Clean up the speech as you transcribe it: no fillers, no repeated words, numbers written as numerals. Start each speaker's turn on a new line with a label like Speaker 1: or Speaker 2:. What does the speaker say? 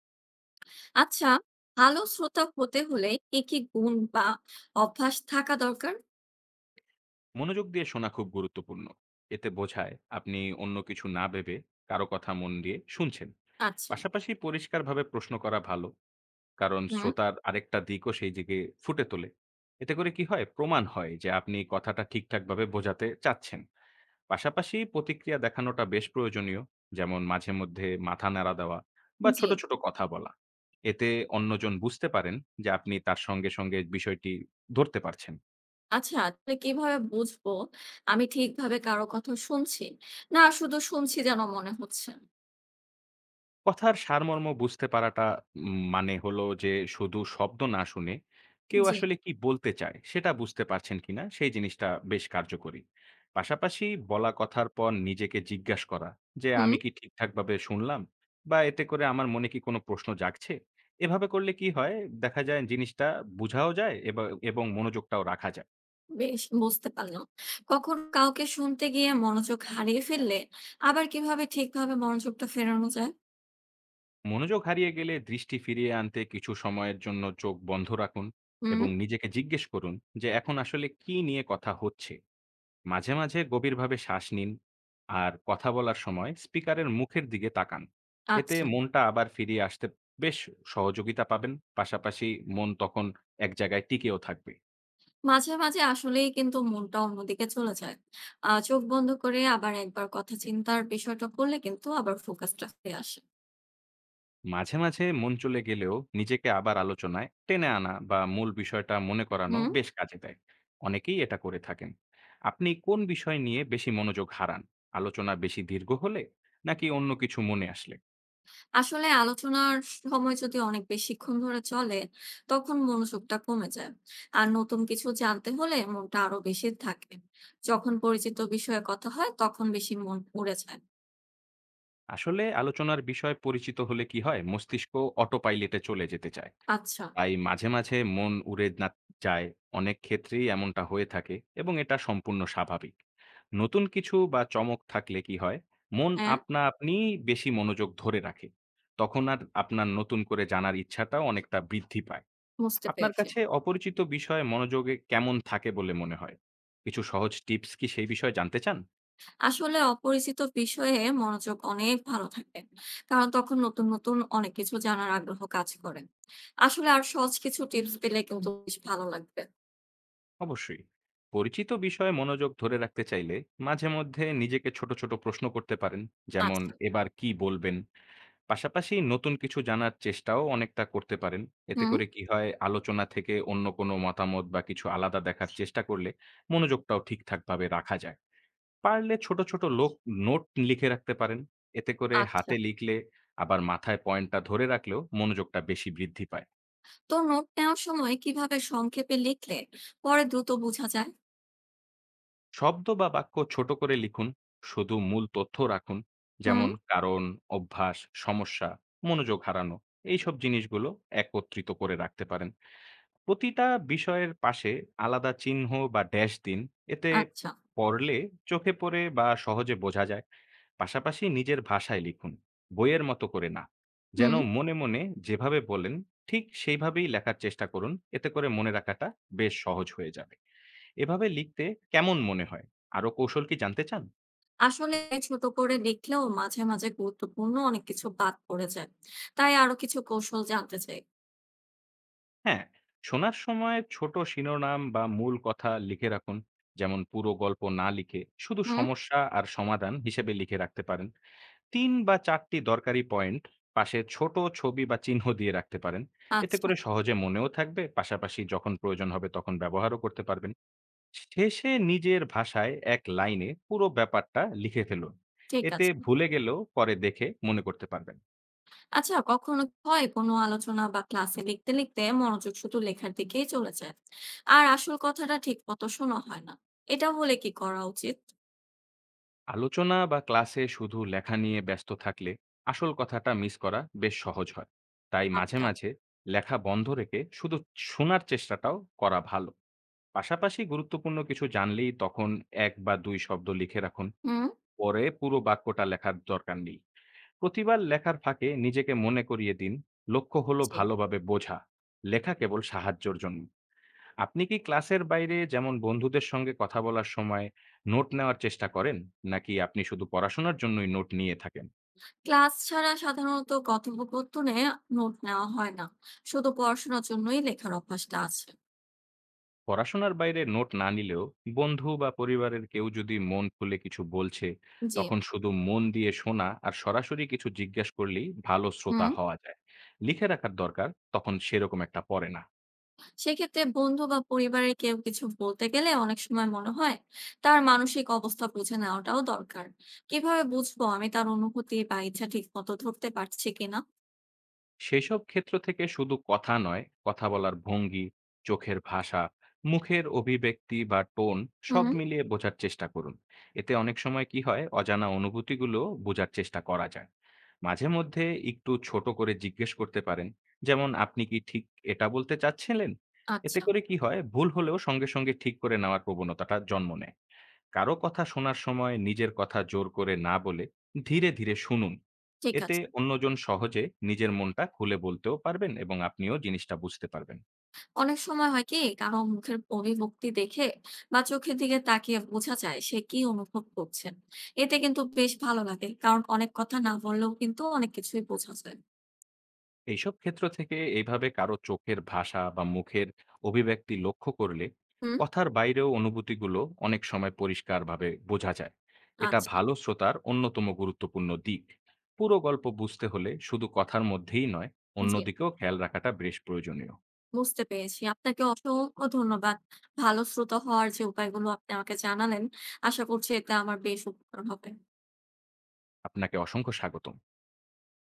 Speaker 1: আচ্ছা, ভালো শ্রোতা হতে হলে কি, কি গুণ বা অভ্যাস থাকা দরকার?
Speaker 2: মনোযোগ দিয়ে শোনা খুব গুরুত্বপূর্ণ। এতে বোঝায় আপনি অন্য কিছু না ভেবে কারো কথা মন দিয়ে শুনছেন।
Speaker 1: আচ্ছা।
Speaker 2: পাশাপাশি পরিষ্কারভাবে প্রশ্ন করা ভালো। কারণ
Speaker 1: হুম।
Speaker 2: শ্রোতার আরেকটা দিকও সেই দিকে ফুটে তোলে। এতে করে কি হয়? প্রমাণ হয় যে আপনি কথাটা ঠিকঠাকভাবে বোঝাতে চাচ্ছেন। পাশাপাশি প্রতিক্রিয়া দেখানোটা বেশ প্রয়োজনীয়। যেমন মাঝে মধ্যে মাথা নাড়া দেওয়া বা
Speaker 1: জি।
Speaker 2: ছোট, ছোট কথা বলা। এতে অন্যজন বুঝতে পারেন যে আপনি তার সঙ্গে, সঙ্গে বিষয়টি ধরতে পারছেন।
Speaker 1: আচ্ছা, তাহলে কিভাবে বুঝবো আমি ঠিকভাবে কারো কথা শুনছি? না শুধু শুনছি যেন মনে হচ্ছে?
Speaker 2: কথার সারমর্ম বুঝতে পারাটা মানে হলো যে শুধু শব্দ না শুনে কেউ
Speaker 1: জি।
Speaker 2: আসলে কি বলতে চায় সেটা বুঝতে পারছেন কিনা সেই জিনিসটা বেশ কার্যকরী। পাশাপাশি বলা কথার পর নিজেকে জিজ্ঞাসা করা যে
Speaker 1: হুম।
Speaker 2: আমি কি ঠিকঠাকভাবে শুনলাম বা এতে করে আমার মনে কি কোনো প্রশ্ন জাগছে? এভাবে করলে কি হয় দেখা যায় জিনিসটা বুঝাও যায় এবং মনোযোগটাও রাখা যায়।
Speaker 1: বেশ বুঝতে পারলাম। কখনো কাউকে শুনতে গিয়ে মনোযোগ হারিয়ে ফেললে আবার কিভাবে ঠিকভাবে মনোযোগটা ফেরানো যায়?
Speaker 2: মনোযোগ হারিয়ে গেলে দৃষ্টি ফিরিয়ে আনতে কিছু সময়ের জন্য চোখ বন্ধ রাখুন
Speaker 1: হুম।
Speaker 2: এবং নিজেকে জিজ্ঞেস করুন যে এখন আসলে কি নিয়ে কথা হচ্ছে। মাঝে মাঝে গভীরভাবে শ্বাস নিন আর কথা বলার সময় স্পিকারের মুখের দিকে তাকান। এতে
Speaker 1: আচ্ছা।
Speaker 2: মনটা আবার ফিরিয়ে আসতে বেশ সহযোগিতা পাবেন, পাশাপাশি মন তখন এক জায়গায় টিকেও থাকবে।
Speaker 1: মাঝে, মাঝে আসলেই কিন্তু মনটা অন্যদিকে চলে যায়। চোখ বন্ধ করে আবার একবার কথা চিন্তার বিষয়টা করলে কিন্তু আবার ফোকাসটা ফিরে আসে।
Speaker 2: মাঝে, মাঝে মন চলে গেলেও নিজেকে আবার আলোচনায় টেনে আনা বা মূল বিষয়টা মনে করানো
Speaker 1: হুম।
Speaker 2: বেশ কাজে দেয়। অনেকেই এটা করে থাকেন। আপনি কোন বিষয় নিয়ে বেশি মনোযোগ হারান? আলোচনা বেশি দীর্ঘ হলে নাকি অন্য কিছু মনে আসলে?
Speaker 1: আসলে আলোচনার সময় যদি অনেক বেশিক্ষণ ধরে চলে, তখন মনোযোগটা কমে যায়। আর নতুন কিছু জানতে হলে মনটা আরো বেশি থাকে। যখন পরিচিত বিষয়ে কথা হয়, তখন বেশি মন উড়ে যায়।
Speaker 2: আসলে আলোচনার বিষয় পরিচিত হলে কি হয় মস্তিষ্ক অটোপাইলেটে চলে যেতে চায়।
Speaker 1: আচ্ছা।
Speaker 2: তাই মাঝে, মাঝে মন উড়ে না যায়। অনেক ক্ষেত্রেই এমনটা হয়ে থাকে এবং এটা সম্পূর্ণ স্বাভাবিক। নতুন কিছু বা চমক থাকলে কি হয়? মন
Speaker 1: হ্যাঁ।
Speaker 2: আপনা আপনিই বেশি মনোযোগ ধরে রাখে। তখন আর আপনার নতুন করে জানার ইচ্ছাটাও অনেকটা বৃদ্ধি পায়।
Speaker 1: বুঝতে
Speaker 2: আপনার
Speaker 1: পেরেছি।
Speaker 2: কাছে অপরিচিত বিষয়ে মনোযোগে কেমন থাকে বলে মনে হয়? কিছু সহজ টিপস কি সেই বিষয়ে জানতে চান?
Speaker 1: আসলে অপরিচিত বিষয়ে মনোযোগ অনেক ভালো থাকে, কারণ তখন নতুন নতুন অনেক কিছু জানার আগ্রহ কাজ করে। আসলে আর সহজ কিছু টিপস পেলে কিন্তু বেশ ভালো লাগবে।
Speaker 2: অবশ্যই। পরিচিত বিষয়ে মনোযোগ ধরে রাখতে চাইলে মাঝে মধ্যে নিজেকে ছোট, ছোট প্রশ্ন করতে পারেন। যেমন
Speaker 1: আচ্ছা।
Speaker 2: এবার কি বলবেন? পাশাপাশি নতুন কিছু জানার চেষ্টাও অনেকটা করতে পারেন। এতে
Speaker 1: হুম।
Speaker 2: করে কি হয়, আলোচনা থেকে অন্য কোনো মতামত বা কিছু আলাদা দেখার চেষ্টা করলে মনোযোগটাও ঠিকঠাকভাবে রাখা যায়। পারলে ছোট, ছোট নোট লিখে রাখতে পারেন। এতে করে
Speaker 1: আচ্ছা,
Speaker 2: হাতে লিখলে আবার মাথায় পয়েন্টটা ধরে রাখলেও মনোযোগটা বেশি বৃদ্ধি পায়।
Speaker 1: তো নোট নেওয়ার সময় কিভাবে সংক্ষেপে লিখলে পরে দ্রুত বোঝা যায়?
Speaker 2: শব্দ বা বাক্য ছোট করে লিখুন। শুধু মূল তথ্য রাখুন।
Speaker 1: হুম।
Speaker 2: যেমন কারণ, অভ্যাস, সমস্যা, মনোযোগ হারানো এইসব জিনিসগুলো একত্রিত করে রাখতে পারেন। প্রতিটা বিষয়ের পাশে আলাদা চিহ্ন বা ড্যাশ দিন। এতে
Speaker 1: আচ্ছা।
Speaker 2: পড়লে চোখে পড়ে বা সহজে বোঝা যায়। পাশাপাশি নিজের ভাষায় লিখুন। বইয়ের মতো করে না। যেন
Speaker 1: হুম।
Speaker 2: মনে, মনে যেভাবে বলেন ঠিক সেইভাবেই লেখার চেষ্টা করুন। এতে করে মনে রাখাটা বেশ সহজ হয়ে যাবে। এভাবে লিখতে কেমন মনে হয়? আরো কৌশল কি জানতে চান?
Speaker 1: আসলে ছোট করে লিখলেও মাঝে মাঝে গুরুত্বপূর্ণ অনেক কিছু বাদ পড়ে যায়, তাই আরো কিছু কৌশল জানতে চাই।
Speaker 2: হ্যাঁ, শোনার সময় ছোট শিরোনাম বা মূল কথা লিখে রাখুন। যেমন পুরো গল্প না লিখে শুধু
Speaker 1: হুম।
Speaker 2: সমস্যা আর সমাধান হিসেবে লিখে রাখতে পারেন। ৩ বা ৪ টি দরকারি পয়েন্ট পাশে ছোট ছবি বা চিহ্ন দিয়ে রাখতে পারেন। এতে
Speaker 1: আচ্ছা।
Speaker 2: করে সহজে মনেও থাকবে, পাশাপাশি যখন প্রয়োজন হবে তখন ব্যবহারও করতে পারবেন। শেষে নিজের ভাষায় এক লাইনে পুরো ব্যাপারটা লিখে ফেলুন।
Speaker 1: ঠিক
Speaker 2: এতে
Speaker 1: আছে।
Speaker 2: ভুলে গেলেও পরে দেখে মনে করতে পারবেন।
Speaker 1: আচ্ছা, কখনো কি হয় কোনো আলোচনা বা ক্লাসে লিখতে লিখতে মনোযোগ শুধু লেখার দিকেই চলে যায় আর আসল কথাটা ঠিক মতো শোনা হয় না? এটা হলে কি করা উচিত?
Speaker 2: আলোচনা বা ক্লাসে শুধু লেখা নিয়ে ব্যস্ত থাকলে আসল কথাটা মিস করা বেশ সহজ হয়। তাই মাঝে,
Speaker 1: আচ্ছা।
Speaker 2: মাঝে লেখা বন্ধ রেখে শুধু শোনার চেষ্টাটাও করা ভালো। পাশাপাশি গুরুত্বপূর্ণ কিছু জানলেই তখন ১ বা ২ শব্দ লিখে রাখুন।
Speaker 1: হুম।
Speaker 2: পরে পুরো বাক্যটা লেখার দরকার নেই। প্রতিবার লেখার ফাঁকে নিজেকে মনে করিয়ে দিন, লক্ষ্য হলো
Speaker 1: জি।
Speaker 2: ভালোভাবে বোঝা। লেখা কেবল সাহায্যর জন্য। আপনি কি ক্লাসের বাইরে যেমন বন্ধুদের সঙ্গে কথা বলার সময় নোট নেওয়ার চেষ্টা করেন? নাকি আপনি শুধু পড়াশোনার জন্যই নোট নিয়ে থাকেন?
Speaker 1: ক্লাস ছাড়া সাধারণত কথোপকথনে নোট নেওয়া হয় না, শুধু পড়াশোনার জন্যই লেখার অভ্যাসটা আছে।
Speaker 2: পড়াশোনার বাইরে নোট না নিলেও বন্ধু বা পরিবারের কেউ যদি মন খুলে কিছু বলছে
Speaker 1: জি।
Speaker 2: তখন শুধু মন দিয়ে শোনা আর সরাসরি কিছু জিজ্ঞেস করলেই ভালো শ্রোতা
Speaker 1: হুম।
Speaker 2: হওয়া যায়। লিখে রাখার দরকার তখন সেরকম একটা পড়ে না।
Speaker 1: সেক্ষেত্রে বন্ধু বা পরিবারের কেউ কিছু বলতে গেলে অনেক সময় মনে হয় তার মানসিক অবস্থা বুঝে নেওয়াটাও দরকার। কিভাবে বুঝবো আমি তার অনুভূতি বা ইচ্ছা ঠিক মতো ধরতে পারছি কিনা?
Speaker 2: সেসব ক্ষেত্র থেকে শুধু কথা নয়, কথা বলার ভঙ্গি, চোখের ভাষা, মুখের অভিব্যক্তি বা টোন সব
Speaker 1: হুম,
Speaker 2: মিলিয়ে বোঝার চেষ্টা করুন। এতে অনেক সময় কি হয় অজানা অনুভূতিগুলো বোঝার চেষ্টা করা যায়। মাঝে মধ্যে একটু ছোট করে জিজ্ঞেস করতে পারেন। যেমন আপনি কি ঠিক এটা বলতে চাচ্ছিলেন? এতে
Speaker 1: আচ্ছা।
Speaker 2: করে কি হয় ভুল হলেও সঙ্গে, সঙ্গে ঠিক করে নেওয়ার প্রবণতাটা জন্ম নেয়। কারো কথা শোনার সময় নিজের কথা জোর করে না বলে ধীরে ধীরে শুনুন।
Speaker 1: ঠিক
Speaker 2: এতে
Speaker 1: আছে।
Speaker 2: অন্যজন সহজে নিজের মনটা খুলে বলতেও পারবেন এবং আপনিও জিনিসটা বুঝতে পারবেন।
Speaker 1: অনেক সময় হয় কি কারো মুখের অভিব্যক্তি দেখে বা চোখের দিকে তাকিয়ে বোঝা যায় সে কি অনুভব করছেন। এতে কিন্তু বেশ ভালো লাগে। কারণ অনেক কথা না বললেও কিন্তু অনেক কিছুই বোঝা যায়।
Speaker 2: এইসব ক্ষেত্র থেকে এইভাবে কারো চোখের ভাষা বা মুখের অভিব্যক্তি লক্ষ্য করলে
Speaker 1: হুম,
Speaker 2: কথার বাইরেও অনুভূতিগুলো অনেক সময় পরিষ্কারভাবে বোঝা যায়। এটা
Speaker 1: আচ্ছা।
Speaker 2: ভালো শ্রোতার অন্যতম গুরুত্বপূর্ণ দিক। পুরো গল্প বুঝতে হলে শুধু কথার মধ্যেই নয়
Speaker 1: জি,
Speaker 2: অন্যদিকেও খেয়াল রাখাটা বেশ প্রয়োজনীয়।
Speaker 1: বুঝতে পেরেছি। আপনাকে অসংখ্য ধন্যবাদ। ভালো শ্রোতা হওয়ার যে উপায়গুলো আপনি আমাকে জানালেন, আশা করছি এতে আমার বেশ উপকার হবে।
Speaker 2: আপনাকে অসংখ্য স্বাগতম।